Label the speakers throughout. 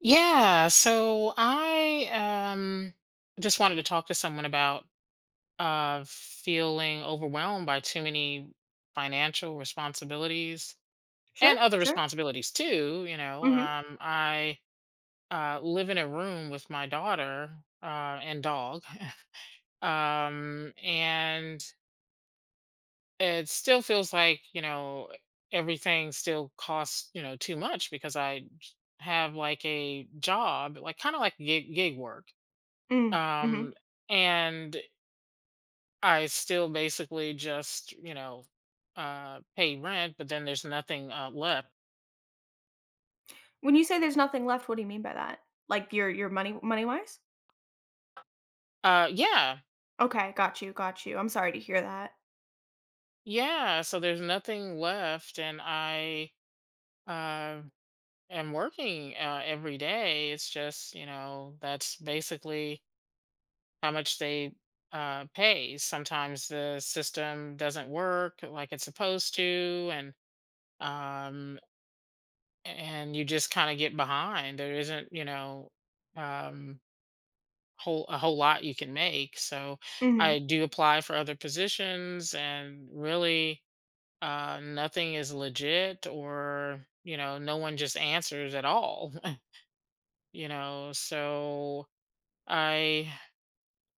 Speaker 1: Yeah, so I um just wanted to talk to someone about feeling overwhelmed by too many financial responsibilities
Speaker 2: Sure,
Speaker 1: and other
Speaker 2: sure.
Speaker 1: responsibilities too, you know.
Speaker 2: Mhm,
Speaker 1: I live in a room with my daughter and dog. And it still feels like, you know, everything still costs, too much because I have like a job, like kind of like gig work
Speaker 2: mm,
Speaker 1: um
Speaker 2: mhm.
Speaker 1: and I still basically just you know pay rent, but then there's nothing left.
Speaker 2: When you say there's nothing left, what do you mean by that? Like your money-wise?
Speaker 1: Yeah.
Speaker 2: Okay, got you, got you. I'm sorry to hear that.
Speaker 1: Yeah, so there's nothing left, and I uh am working every day. It's just, you know, that's basically how much they pay. Sometimes the system doesn't work like it's supposed to, and um you just kind of get behind. There isn't, you know, um whole a whole lot you can make. So
Speaker 2: Mhm.
Speaker 1: I do apply for other positions, and really nothing is legit, or, you know, no one just answers at all. So I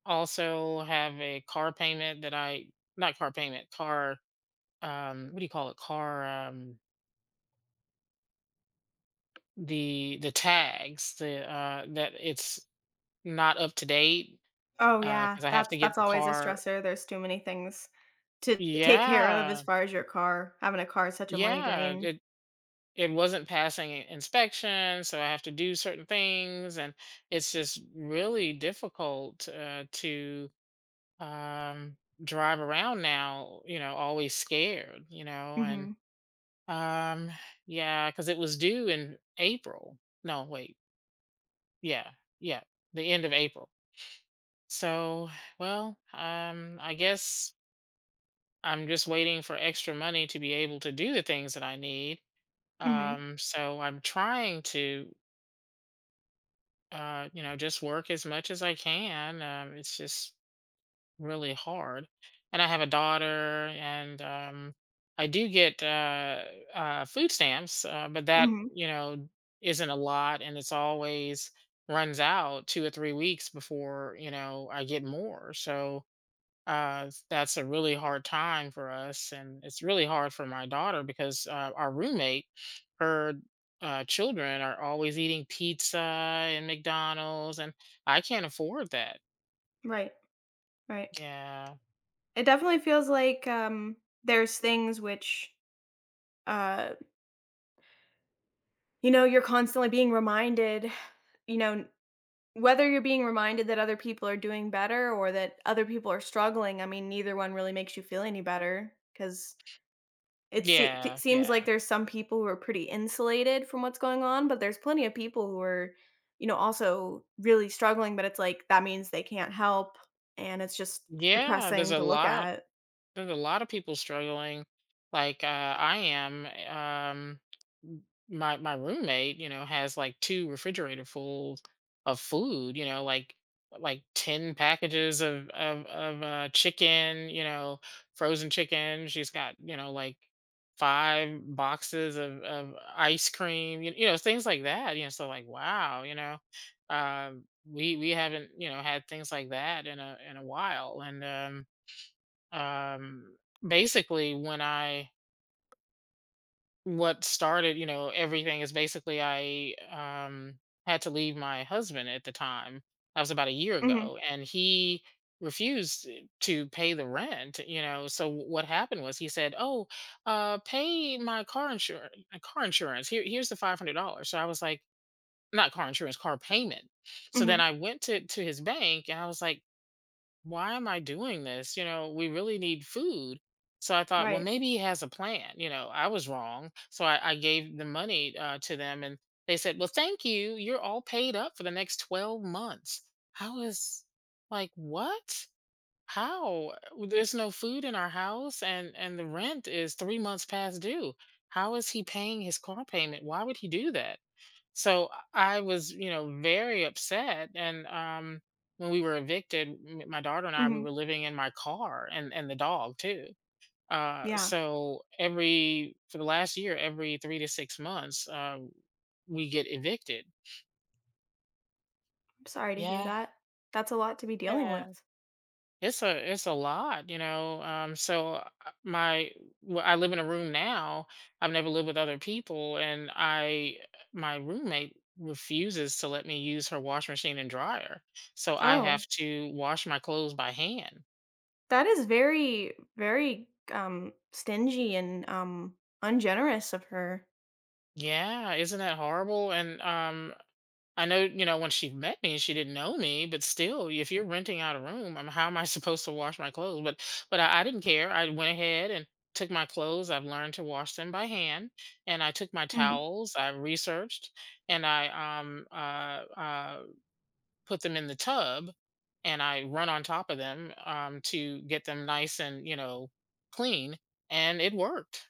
Speaker 1: also have a car payment that I not car payment, car, what do you call it, car, the tags the that it's not up to date
Speaker 2: Oh, yeah,
Speaker 1: because I have to
Speaker 2: that's
Speaker 1: get
Speaker 2: that's
Speaker 1: the
Speaker 2: always a
Speaker 1: car.
Speaker 2: stressor. There's too many things to take care of as
Speaker 1: Yeah.
Speaker 2: far as your car. Having a car is such a money
Speaker 1: Yeah,
Speaker 2: drain.
Speaker 1: it wasn't passing inspection, so I have to do certain things, and it's just really difficult, to um, drive around now. You know, always scared. You know. And
Speaker 2: Mhm,
Speaker 1: um, yeah, because it was due in April. No, wait, yeah, yeah, the end of April. So, well, I guess I'm just waiting for extra money to be able to do the things that I need.
Speaker 2: mhm,
Speaker 1: So I'm trying to you know, just work as much as I can. It's just really hard. And I have a daughter, and I do get food stamps, but that,
Speaker 2: mhm.
Speaker 1: you know, isn't a lot. And it's always runs out 2 or 3 weeks before, you know, I get more. So, that's a really hard time for us, and it's really hard for my daughter because our roommate, her children are always eating pizza and McDonald's, and I can't afford that.
Speaker 2: Right, right.
Speaker 1: Yeah,
Speaker 2: It definitely feels like, there's things which, uh, you're constantly being reminded, you know Whether you're being reminded that other people are doing better or that other people are struggling. I mean, neither one really makes you feel any better, because it
Speaker 1: yeah,
Speaker 2: seems like
Speaker 1: yeah,
Speaker 2: there's some people who are pretty insulated from what's going on, but there's plenty of people who are, also really struggling, but it's like that means they can't help, and it's just
Speaker 1: yeah.
Speaker 2: depressing to look at.
Speaker 1: There's a lot of people struggling, like, I am. M My roommate, you know, has, like, 2 refrigerator fulls of food, you know, like 10 packages of chicken, you know, frozen chicken. She's got, you know, like, 5 boxes of ice cream, you know, things like that, you know, so, like, wow, you know. We haven't, you know, had things like that in a while, and um basically when I what started, you know, everything is basically, I had to leave my husband at the time. That was about a year ago,
Speaker 2: Mhm.
Speaker 1: and he refused to pay the rent. You know, so what happened was he said, oh, pay my car insurance, here, here's the $500. So I was like, not car insurance, car payment. So then
Speaker 2: Mhm.
Speaker 1: I went to his bank, and I was like, why am I doing this? You know, we really need food. So I thought, well,
Speaker 2: Right.
Speaker 1: maybe he has a plan. You know, I was wrong. So I gave the money to them, and they said, well, thank you. You're all paid up for the next 12 months. I was like, what? How? There's no food in our house, and the rent is 3 months past due. How is he paying his car payment? Why would he do that? So I was, you know, very upset. And when we were evicted, my daughter and I, we
Speaker 2: Mhm.
Speaker 1: were living in my car, and the dog too.
Speaker 2: Yeah.
Speaker 1: So every for the last year, every 3 to 6 months, we get evicted.
Speaker 2: I'm sorry to hear
Speaker 1: Yeah.
Speaker 2: that. That's a lot to be dealing
Speaker 1: Yeah.
Speaker 2: with.
Speaker 1: It's a lot, you know. My I live in a room now. I've never lived with other people, and I my roommate refuses to let me use her washing machine and dryer. So I have
Speaker 2: Oh.
Speaker 1: to wash my clothes by hand.
Speaker 2: That is very, very, stingy and, ungenerous of her.
Speaker 1: Yeah, isn't that horrible? And I know, you know, when she met me, she didn't know me, but still, if you're renting out a room, how am I supposed to wash my clothes? But I didn't care. I went ahead and took my clothes. I've learned to wash them by hand, and I took my
Speaker 2: Mhm.
Speaker 1: towels. I researched, and I put them in the tub, and I run on top of them to get them nice and, you know, clean, and it worked.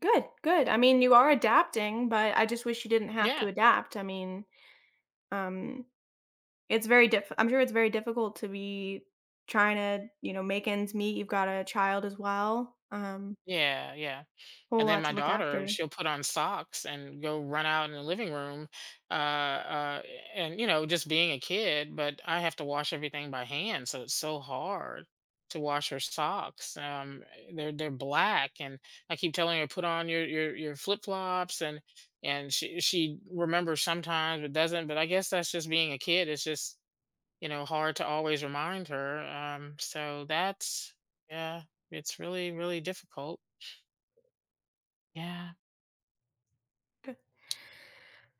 Speaker 2: Good, good. I mean, you are adapting, but I just wish you didn't have to
Speaker 1: Yeah,
Speaker 2: adapt. I mean, um, it's very diff I'm sure it's very difficult to be trying to, make ends meet. You've got a child as well,
Speaker 1: yeah, yeah.
Speaker 2: whole
Speaker 1: And then
Speaker 2: lot to
Speaker 1: my
Speaker 2: look
Speaker 1: daughter,
Speaker 2: after.
Speaker 1: she'll put on socks and go run out in the living room, uh, uh, and, you know, just being a kid. But I have to wash everything by hand, so it's so hard to wash her socks. They're black, and I keep telling her, put on your your flip flops, and she remembers sometimes but doesn't. But I guess that's just being a kid. It's just, you know, hard to always remind her. Yeah, it's really really difficult. Yeah.
Speaker 2: Good.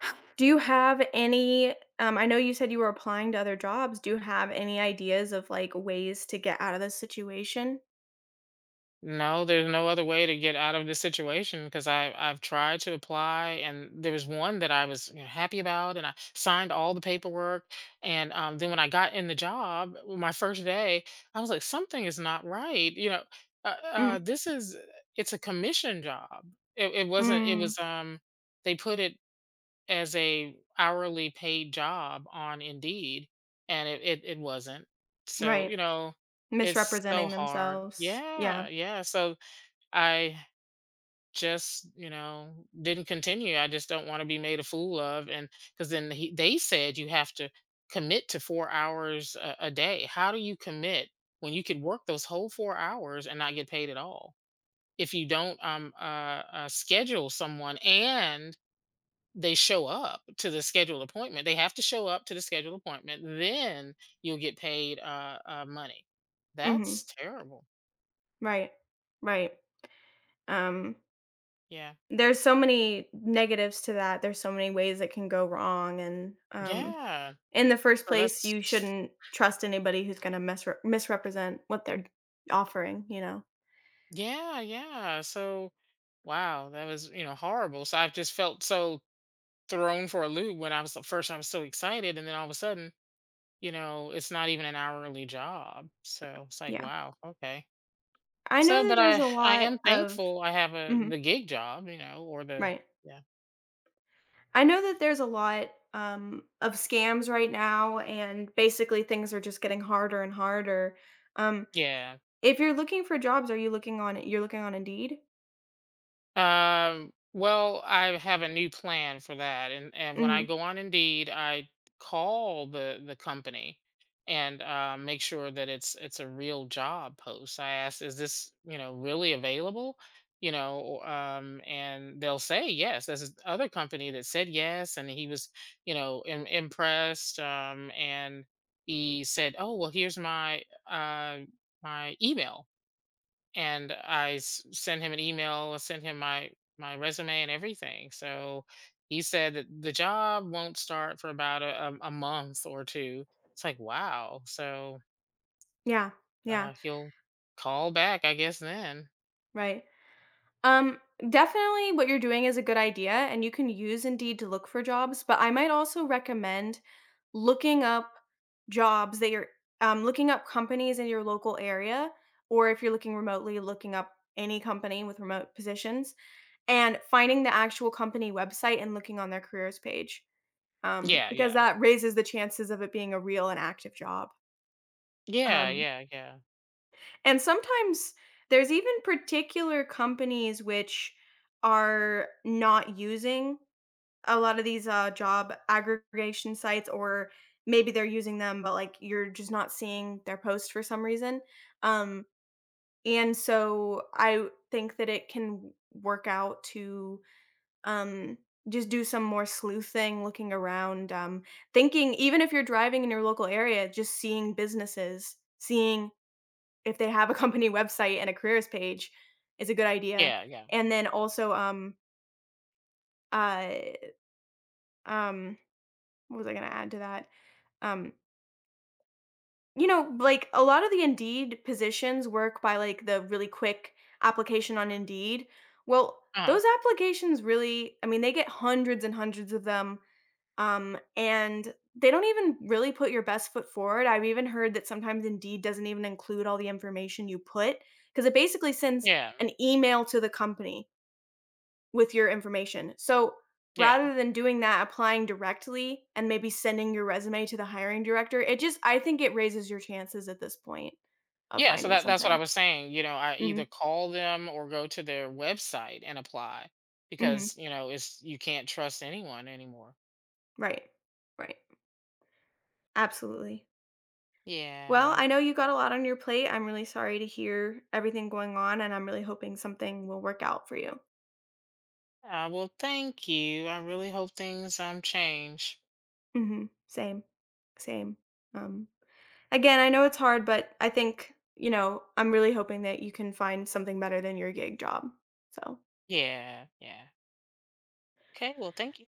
Speaker 2: Do you have any I know you said you were applying to other jobs. Do you have any ideas of, like, ways to get out of this situation?
Speaker 1: No, there's no other way to get out of this situation, because I've tried to apply, and there was one that I was, you know, happy about, and I signed all the paperwork. And then when I got in the job my first day, I was like, something is not right, you know. uh, uh,
Speaker 2: Mhm.
Speaker 1: this is it's a commission job. It wasn't. It
Speaker 2: Mm,
Speaker 1: was They put it as a hourly paid job on Indeed, and it wasn't. So,
Speaker 2: right.
Speaker 1: you know, it's so
Speaker 2: Misrepresenting
Speaker 1: hard.
Speaker 2: themselves. Yeah.
Speaker 1: Yeah, yeah. So I just, you know, didn't continue. I just don't want to be made a fool of. And because then they said you have to commit to 4 hours a day. How do you commit when you could work those whole 4 hours and not get paid at all? If you don't, schedule someone, and they show up to the scheduled appointment. They have to show up to the scheduled appointment. Then you'll get paid, money.
Speaker 2: Mhm.
Speaker 1: That's terrible.
Speaker 2: Right. Right. Um,
Speaker 1: Yeah.
Speaker 2: there's so many negatives to that. There's so many ways it can go wrong, and
Speaker 1: Yeah.
Speaker 2: in the first
Speaker 1: So
Speaker 2: place,
Speaker 1: that's,
Speaker 2: you shouldn't trust anybody who's going to misrepresent what they're offering.
Speaker 1: yeah. Yeah. So, wow, that was, you know, horrible. So I've just felt so thrown for a loop. When I was first, I was so excited. And then all of a sudden, you know, it's not even an hourly job. So it's like,
Speaker 2: Yeah.
Speaker 1: wow. Okay.
Speaker 2: I know
Speaker 1: So,
Speaker 2: that
Speaker 1: but
Speaker 2: there's
Speaker 1: I,
Speaker 2: a
Speaker 1: I
Speaker 2: lot
Speaker 1: am
Speaker 2: of.
Speaker 1: thankful I have
Speaker 2: Mhm.
Speaker 1: the gig job, you know, or the,
Speaker 2: Right.
Speaker 1: yeah.
Speaker 2: I know that there's a lot of scams right now, and basically things are just getting harder and harder. Um
Speaker 1: Yeah.
Speaker 2: If you're looking for jobs, are you looking on Indeed?
Speaker 1: Well, I have a new plan for that, and when I
Speaker 2: Mhm.
Speaker 1: go on Indeed, I call the company and make sure that it's a real job post. I ask, is this, you know, really available? You know, or and they'll say yes. There's this other company that said yes, and he was, you know, im impressed, and he said, oh, well, here's my my email. And I sent him an email, sent him my my resume and everything. So he said that the job won't start for about a month or two. It's like, wow. So
Speaker 2: Yeah. Yeah.
Speaker 1: he'll call back, I guess. Then
Speaker 2: Right. Um, Definitely what you're doing is a good idea, and you can use Indeed to look for jobs, but I might also recommend looking up jobs that you're companies in your local area, or if you're looking remotely, looking up any company with remote positions and finding the actual company website and looking on their careers page,
Speaker 1: yeah,
Speaker 2: because
Speaker 1: yeah,
Speaker 2: that raises the chances of it being a real and active job.
Speaker 1: yeah,
Speaker 2: Um
Speaker 1: yeah, yeah,
Speaker 2: And sometimes there's even particular companies which are not using a lot of these job aggregation sites, or maybe they're using them, but like you're just not seeing their post for some reason. Um, and so I think that it can work out to um, just do some more sleuthing, looking around, thinking, even if you're driving in your local area, just seeing businesses, seeing if they have a company website and a careers page, is a good idea.
Speaker 1: yeah, yeah,
Speaker 2: And then also, uh, um, what was I gonna add to that? Um, like a lot of the Indeed positions work by like the really quick application on Indeed. Well,
Speaker 1: uh-huh.
Speaker 2: those applications really, I mean, they get hundreds and hundreds of them. And they don't even really put your best foot forward. I've even heard that sometimes Indeed doesn't even include all the information you put, because it basically sends
Speaker 1: Yeah,
Speaker 2: an email to the company with your information. So
Speaker 1: yeah.
Speaker 2: rather than doing that, applying directly and maybe sending your resume to the hiring director, it just, I think it raises your chances at this point of
Speaker 1: Yeah, so
Speaker 2: finding
Speaker 1: that's what I
Speaker 2: something.
Speaker 1: was saying. You know, I
Speaker 2: Hmm.
Speaker 1: either call them or go to their website and apply, because,
Speaker 2: Hmm.
Speaker 1: you know, it's you can't trust anyone anymore.
Speaker 2: Right. Right. Absolutely. Well,
Speaker 1: Yeah.
Speaker 2: I know you got a lot on your plate. I'm really sorry to hear everything going on, and I'm really hoping something will work out for you.
Speaker 1: Ah, well, thank you. I really hope things change.
Speaker 2: Hmm. Same, same. Um, Again, I know it's hard, but I think you know. I'm really hoping that you can find something better than your gig job. So.
Speaker 1: Yeah, yeah. Okay, well, thank you.